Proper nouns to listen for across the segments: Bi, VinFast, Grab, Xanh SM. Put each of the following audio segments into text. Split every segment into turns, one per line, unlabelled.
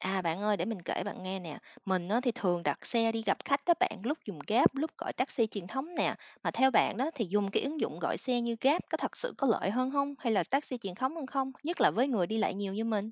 À, bạn ơi, để mình kể bạn nghe nè. Mình á, thì thường đặt xe đi gặp khách các bạn, lúc dùng Grab, lúc gọi taxi truyền thống nè. Mà theo bạn đó thì dùng cái ứng dụng gọi xe như Grab có thật sự có lợi hơn không? Hay là taxi truyền thống hơn không? Nhất là với người đi lại nhiều như mình.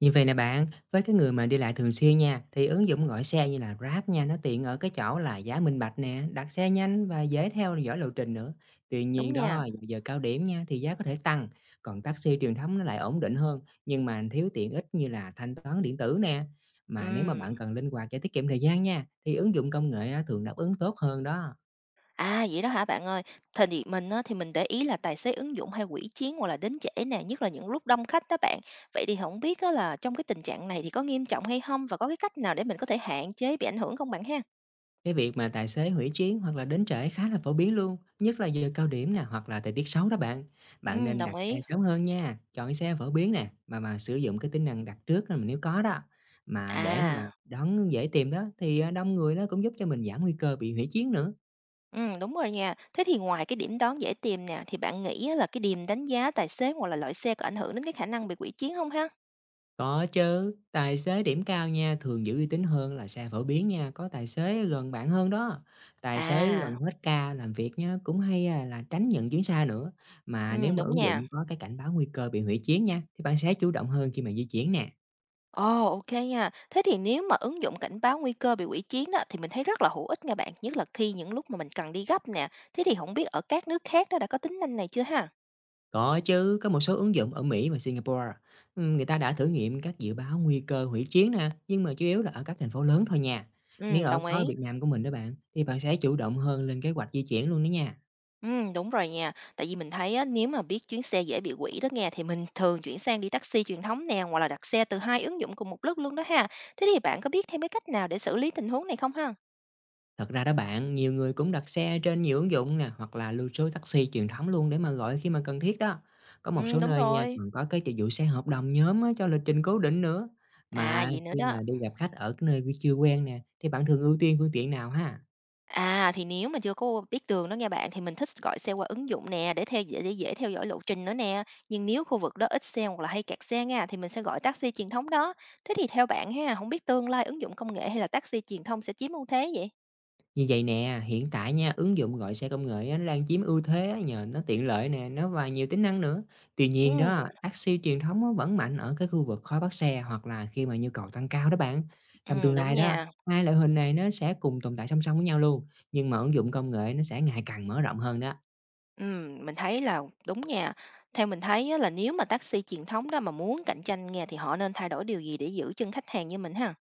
Như vậy nè bạn, với cái người mà đi lại thường xuyên nha, thì ứng dụng gọi xe như là Grab nha, nó tiện ở cái chỗ là giá minh bạch nè, đặt xe nhanh và dễ theo dõi lộ trình nữa. Tuy nhiên
Đúng nha.
đó, giờ giờ cao điểm nha, thì giá có thể tăng, còn taxi truyền thống nó lại ổn định hơn, nhưng mà thiếu tiện ích như là thanh toán điện tử nè. Mà nếu mà
Ừm.
bạn cần linh hoạt để tiết kiệm thời gian nha, thì ứng dụng công nghệ á, thường đáp ứng tốt hơn đó.
À vậy đó hả bạn ơi. Thời điểm mình á, thì mình để ý là tài xế ứng dụng hay quỷ chiến hoặc là đến trễ nè, nhất là những lúc đông khách đó bạn. Vậy thì không biết á, là trong cái tình trạng này thì có nghiêm trọng hay không và có cái cách nào để mình có thể hạn chế bị ảnh hưởng không bạn ha?
Cái việc mà tài xế hủy chuyến hoặc là đến trễ khá là phổ biến luôn, nhất là giờ cao điểm nè hoặc là thời tiết xấu đó bạn. Bạn
Ừ,
nên
đồng
đặt xe
ý.
sớm hơn nha, chọn xe phổ biến nè mà sử dụng cái tính năng đặt trước là nếu có đó. Mà để mà
À,
đón dễ tìm đó thì à, đông người nó cũng giúp cho mình giảm nguy cơ bị hủy chuyến nữa.
ừm, đúng rồi nha. Thế thì ngoài cái điểm đón dễ tìm nè, thì bạn nghĩ á là cái điểm đánh giá tài xế hoặc là loại xe có ảnh hưởng đến cái khả năng bị hủy chiến không ha?
Có chứ, tài xế điểm cao nha, thường giữ uy tín hơn là xe phổ biến nha, có tài xế gần bạn hơn đó. Tài xế
À,
gần hết ca làm việc nha, cũng hay à, là tránh nhận chuyến xa nữa. Mà nếu mà
đúng
ứng
nha.
dụng có cái cảnh báo nguy cơ bị hủy chuyến nha, thì bạn sẽ chủ động hơn khi mà di chuyển nè.
Ồ, OK nha. Thế thì nếu mà ứng dụng cảnh báo nguy cơ bị hủy chiến đó, thì mình thấy rất là hữu ích nha bạn, nhất là khi những lúc mà mình cần đi gấp nè. Thế thì không biết ở các nước khác nó đã có tính năng này chưa ha?
Có chứ, có một số ứng dụng ở Mỹ và Singapore, ừ, người ta đã thử nghiệm các dự báo nguy cơ hủy chuyến nè, nhưng mà chủ yếu là ở các thành phố lớn thôi nha. Nếu ở
Đồng
có
ý.
Việt Nam của mình đó bạn, thì bạn sẽ chủ động hơn lên kế hoạch di chuyển luôn đó nha.
Đúng rồi nha. Tại vì mình thấy á, nếu mà biết chuyến xe dễ bị hủy đó nghe, thì mình thường chuyển sang đi taxi truyền thống nè, hoặc là đặt xe từ 2 ứng dụng cùng một lúc luôn đó ha. Thế thì bạn có biết thêm cái cách nào để xử lý tình huống này không ha?
Thật ra đó bạn, nhiều người cũng đặt xe trên nhiều ứng dụng nè, hoặc là lưu trú taxi truyền thống luôn để mà gọi khi mà cần thiết đó. Có một số
Đúng
nơi nha,
rồi.
còn có cái dịch vụ xe hợp đồng nhóm á, cho lịch trình cố định nữa.
À,
Mà
vậy nữa
khi
đó.
mà đi gặp khách ở cái nơi chưa quen nè, thì bạn thường ưu tiên phương tiện nào ha?
À, thì nếu mà chưa có biết đường đó nghe bạn, thì mình thích gọi xe qua ứng dụng nè, để dễ theo dõi lộ trình nữa nè. Nhưng nếu khu vực đó ít xe hoặc là hay kẹt xe nha, thì mình sẽ gọi taxi truyền thống đó. Thế thì theo bạn ha, không biết tương lai ứng dụng công nghệ hay là taxi truyền thông sẽ chiếm ưu thế vậy?
Như vậy nè, hiện tại nha, ứng dụng gọi xe công nghệ á, nó đang chiếm ưu thế á, nhờ nó tiện lợi nè, nó và nhiều tính năng nữa. Tuy nhiên
Ừm,
đó, taxi truyền thống á, vẫn mạnh ở cái khu vực khó bắt xe hoặc là khi mà nhu cầu tăng cao đó bạn. Trong tương
ừm, đúng
lai đó,
nha.
hai loại hình này nó sẽ cùng tồn tại song song với nhau luôn, nhưng mà ứng dụng công nghệ nó sẽ ngày càng mở rộng hơn đó.
Mình thấy là đúng nha. Theo mình thấy á, là nếu mà taxi truyền thống đó mà muốn cạnh tranh nha thì họ nên thay đổi điều gì để giữ chân khách hàng như mình ha?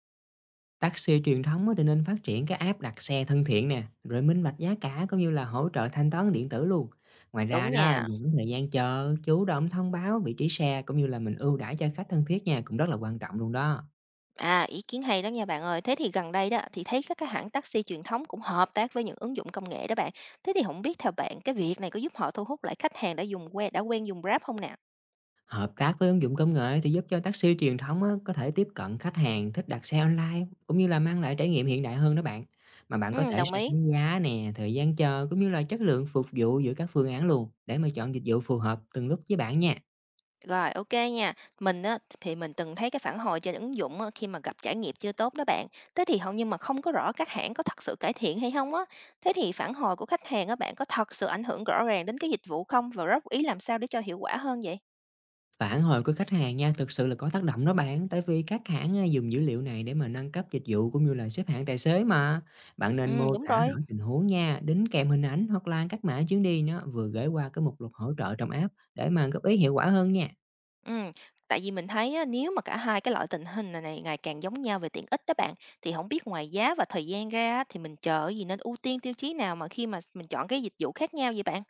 Taxi truyền thống á thì nên phát triển cái app đặt xe thân thiện nè, rồi minh bạch giá cả cũng như là hỗ trợ thanh toán điện tử luôn. Ngoài ra
Đúng
đó,
nha.
giảm thời gian chờ, chủ động thông báo vị trí xe cũng như là mình ưu đãi cho khách thân thiết nha, cũng rất là quan trọng luôn đó.
À, ý kiến hay đó nha bạn ơi. Thế thì gần đây đó thì thấy các cái hãng taxi truyền thống cũng hợp tác với những ứng dụng công nghệ đó bạn. Thế thì không biết theo bạn cái việc này có giúp họ thu hút lại khách hàng đã quen dùng Grab không nè?
Hợp tác với ứng dụng công nghệ thì giúp cho taxi truyền thống á, có thể tiếp cận khách hàng thích đặt xe online cũng như là mang lại trải nghiệm hiện đại hơn đó bạn. Mà bạn có
Ừ,
thể
đồng
so
ý.
sánh giá nè, thời gian chờ cũng như là chất lượng phục vụ giữa các phương án luôn để mà chọn dịch vụ phù hợp từng lúc với bạn nha.
Rồi, ok nha. Mình á, thì mình từng thấy cái phản hồi trên ứng dụng á, khi mà gặp trải nghiệm chưa tốt đó bạn. Thế thì hầu như mà không có rõ các hãng có thật sự cải thiện hay không á. Thế thì phản hồi của khách hàng á, bạn có thật sự ảnh hưởng rõ ràng đến cái dịch vụ không và góp ý làm sao để cho hiệu quả hơn vậy?
Phản hồi của khách hàng nha, thực sự là có tác động đó bạn, tại vì các hãng à, dùng dữ liệu này để mà nâng cấp dịch vụ cũng như là xếp hạng tài xế mà. Bạn nên mô
Đúng
tả rõ
rồi.
tình huống nha, đính kèm hình ảnh hoặc là các mã chuyến đi nó vừa gửi qua cái mục lục hỗ trợ trong app để mà góp ý hiệu quả hơn nha.
Ừm, tại vì mình thấy á, nếu mà cả hai cái loại tình hình này này ngày càng giống nhau về tiện ích đó bạn, thì không biết ngoài giá và thời gian ra á, thì mình chờ cái gì nên ưu tiên tiêu chí nào mà khi mà mình chọn cái dịch vụ khác nhau vậy bạn?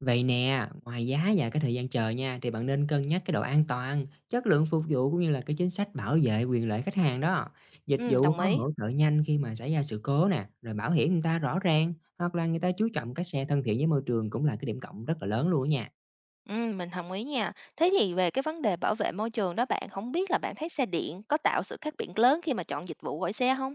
Vậy nè, ngoài giá và cái thời gian chờ nha, thì bạn nên cân nhắc cái độ an toàn, chất lượng phục vụ cũng như là cái chính sách bảo vệ quyền lợi khách hàng đó. Dịch vụ
Đồng
có
ý.
hỗ trợ nhanh khi mà xảy ra sự cố nè, rồi bảo hiểm người ta rõ ràng, hoặc là người ta chú trọng các xe thân thiện với môi trường cũng là cái điểm cộng rất là lớn luôn á nha.
Mình đồng ý nha. Thế thì về cái vấn đề bảo vệ môi trường đó bạn, không biết là bạn thấy xe điện có tạo sự khác biệt lớn khi mà chọn dịch vụ gọi xe không?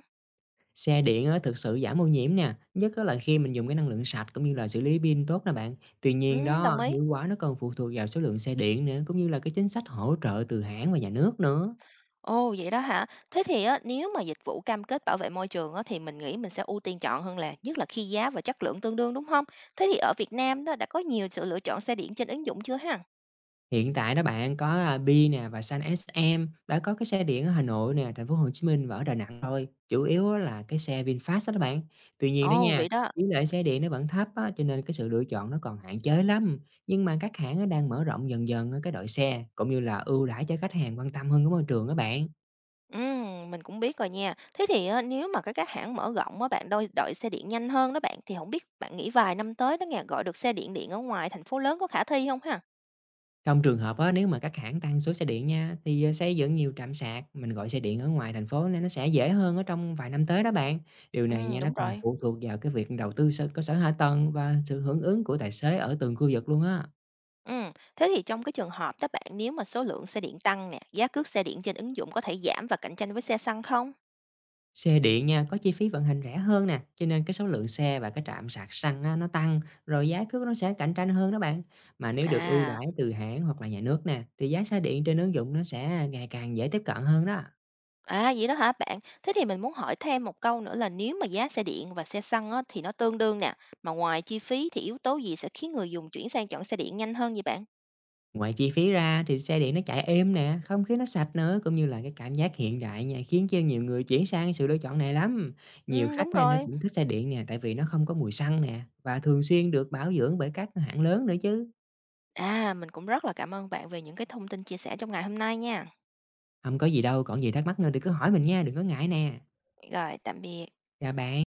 Xe điện á, thực sự giảm ô nhiễm nè, nhất á là khi mình dùng cái năng lượng sạch cũng như là xử lý pin tốt nè bạn. Tuy nhiên
Đồng
đó,
ý.
hiệu quả nó còn phụ thuộc vào số lượng xe điện nữa, cũng như là cái chính sách hỗ trợ từ hãng và nhà nước nữa.
Ồ, vậy đó hả? Thế thì á, nếu mà dịch vụ cam kết bảo vệ môi trường á, thì mình nghĩ mình sẽ ưu tiên chọn hơn là nhất là khi giá và chất lượng tương đương, đúng không? Thế thì ở Việt Nam đó, đã có nhiều sự lựa chọn xe điện trên ứng dụng chưa ha?
Hiện tại đó bạn có, a, Bi nè và Xanh SM, đã có cái xe điện ở Hà Nội nè, Thành phố Hồ Chí Minh và ở Đà Nẵng thôi, chủ yếu á là cái xe VinFast á đó các bạn. Tuy nhiên đó
Ồ,
nha,
vậy đó.
tỷ lệ xe điện nó vẫn thấp á, cho nên cái sự lựa chọn nó còn hạn chế lắm. Nhưng mà các hãng á đang mở rộng dần dần á cái đội xe, cũng như là ưu đãi cho khách hàng quan tâm hơn cái môi trường á bạn.
Mình cũng biết rồi nha. Thế thì á, nếu mà cái các hãng mở rộng á, bạn đôi đợi xe điện nhanh hơn đó bạn, thì không biết bạn nghĩ vài năm tới đó nghe, gọi được xe điện điện ở ngoài thành phố lớn có khả thi không ha?
Trong trường hợp á, nếu mà các hãng tăng số xe điện nha, thì xây dựng nhiều trạm sạc, mình gọi xe điện ở ngoài thành phố nên nó sẽ dễ hơn ở trong vài năm tới đó bạn. Điều này nha, nó
Đúng
còn
rồi.
phụ thuộc vào cái việc đầu tư sở cơ sở hạ tầng và sự hưởng ứng của tài xế ở từng khu vực luôn á.
Thế thì trong cái trường hợp các bạn, nếu mà số lượng xe điện tăng nè, giá cước xe điện trên ứng dụng có thể giảm và cạnh tranh với xe xăng không?
Xe điện nha, có chi phí vận hành rẻ hơn nè, cho nên cái số lượng xe và cái trạm sạc xăng á, nó tăng, rồi giá cước nó sẽ cạnh tranh hơn đó bạn. Mà nếu được ưu
À,
đãi từ hãng hoặc là nhà nước nè, thì giá xe điện trên ứng dụng nó sẽ ngày càng dễ tiếp cận hơn đó.
à, vậy đó hả bạn? Thế thì mình muốn hỏi thêm một câu nữa là nếu mà giá xe điện và xe xăng á, thì nó tương đương nè, mà ngoài chi phí thì yếu tố gì sẽ khiến người dùng chuyển sang chọn xe điện nhanh hơn vậy bạn?
Ngoài chi phí ra thì xe điện nó chạy êm nè, không khí nó sạch nữa cũng như là cái cảm giác hiện đại nha, khiến cho nhiều người chuyển sang sự lựa chọn này lắm. Nhiều khách
Đúng
nha nó
rồi.
cũng thích xe điện nè, tại vì nó không có mùi xăng nè và thường xuyên được bảo dưỡng bởi các hãng lớn nữa chứ.
À, mình cũng rất là cảm ơn bạn về những cái thông tin chia sẻ trong ngày hôm nay nha.
Không có gì đâu, còn gì thắc mắc nữa thì cứ hỏi mình nha, đừng có ngại nè.
Rồi, tạm biệt.
Chào bạn.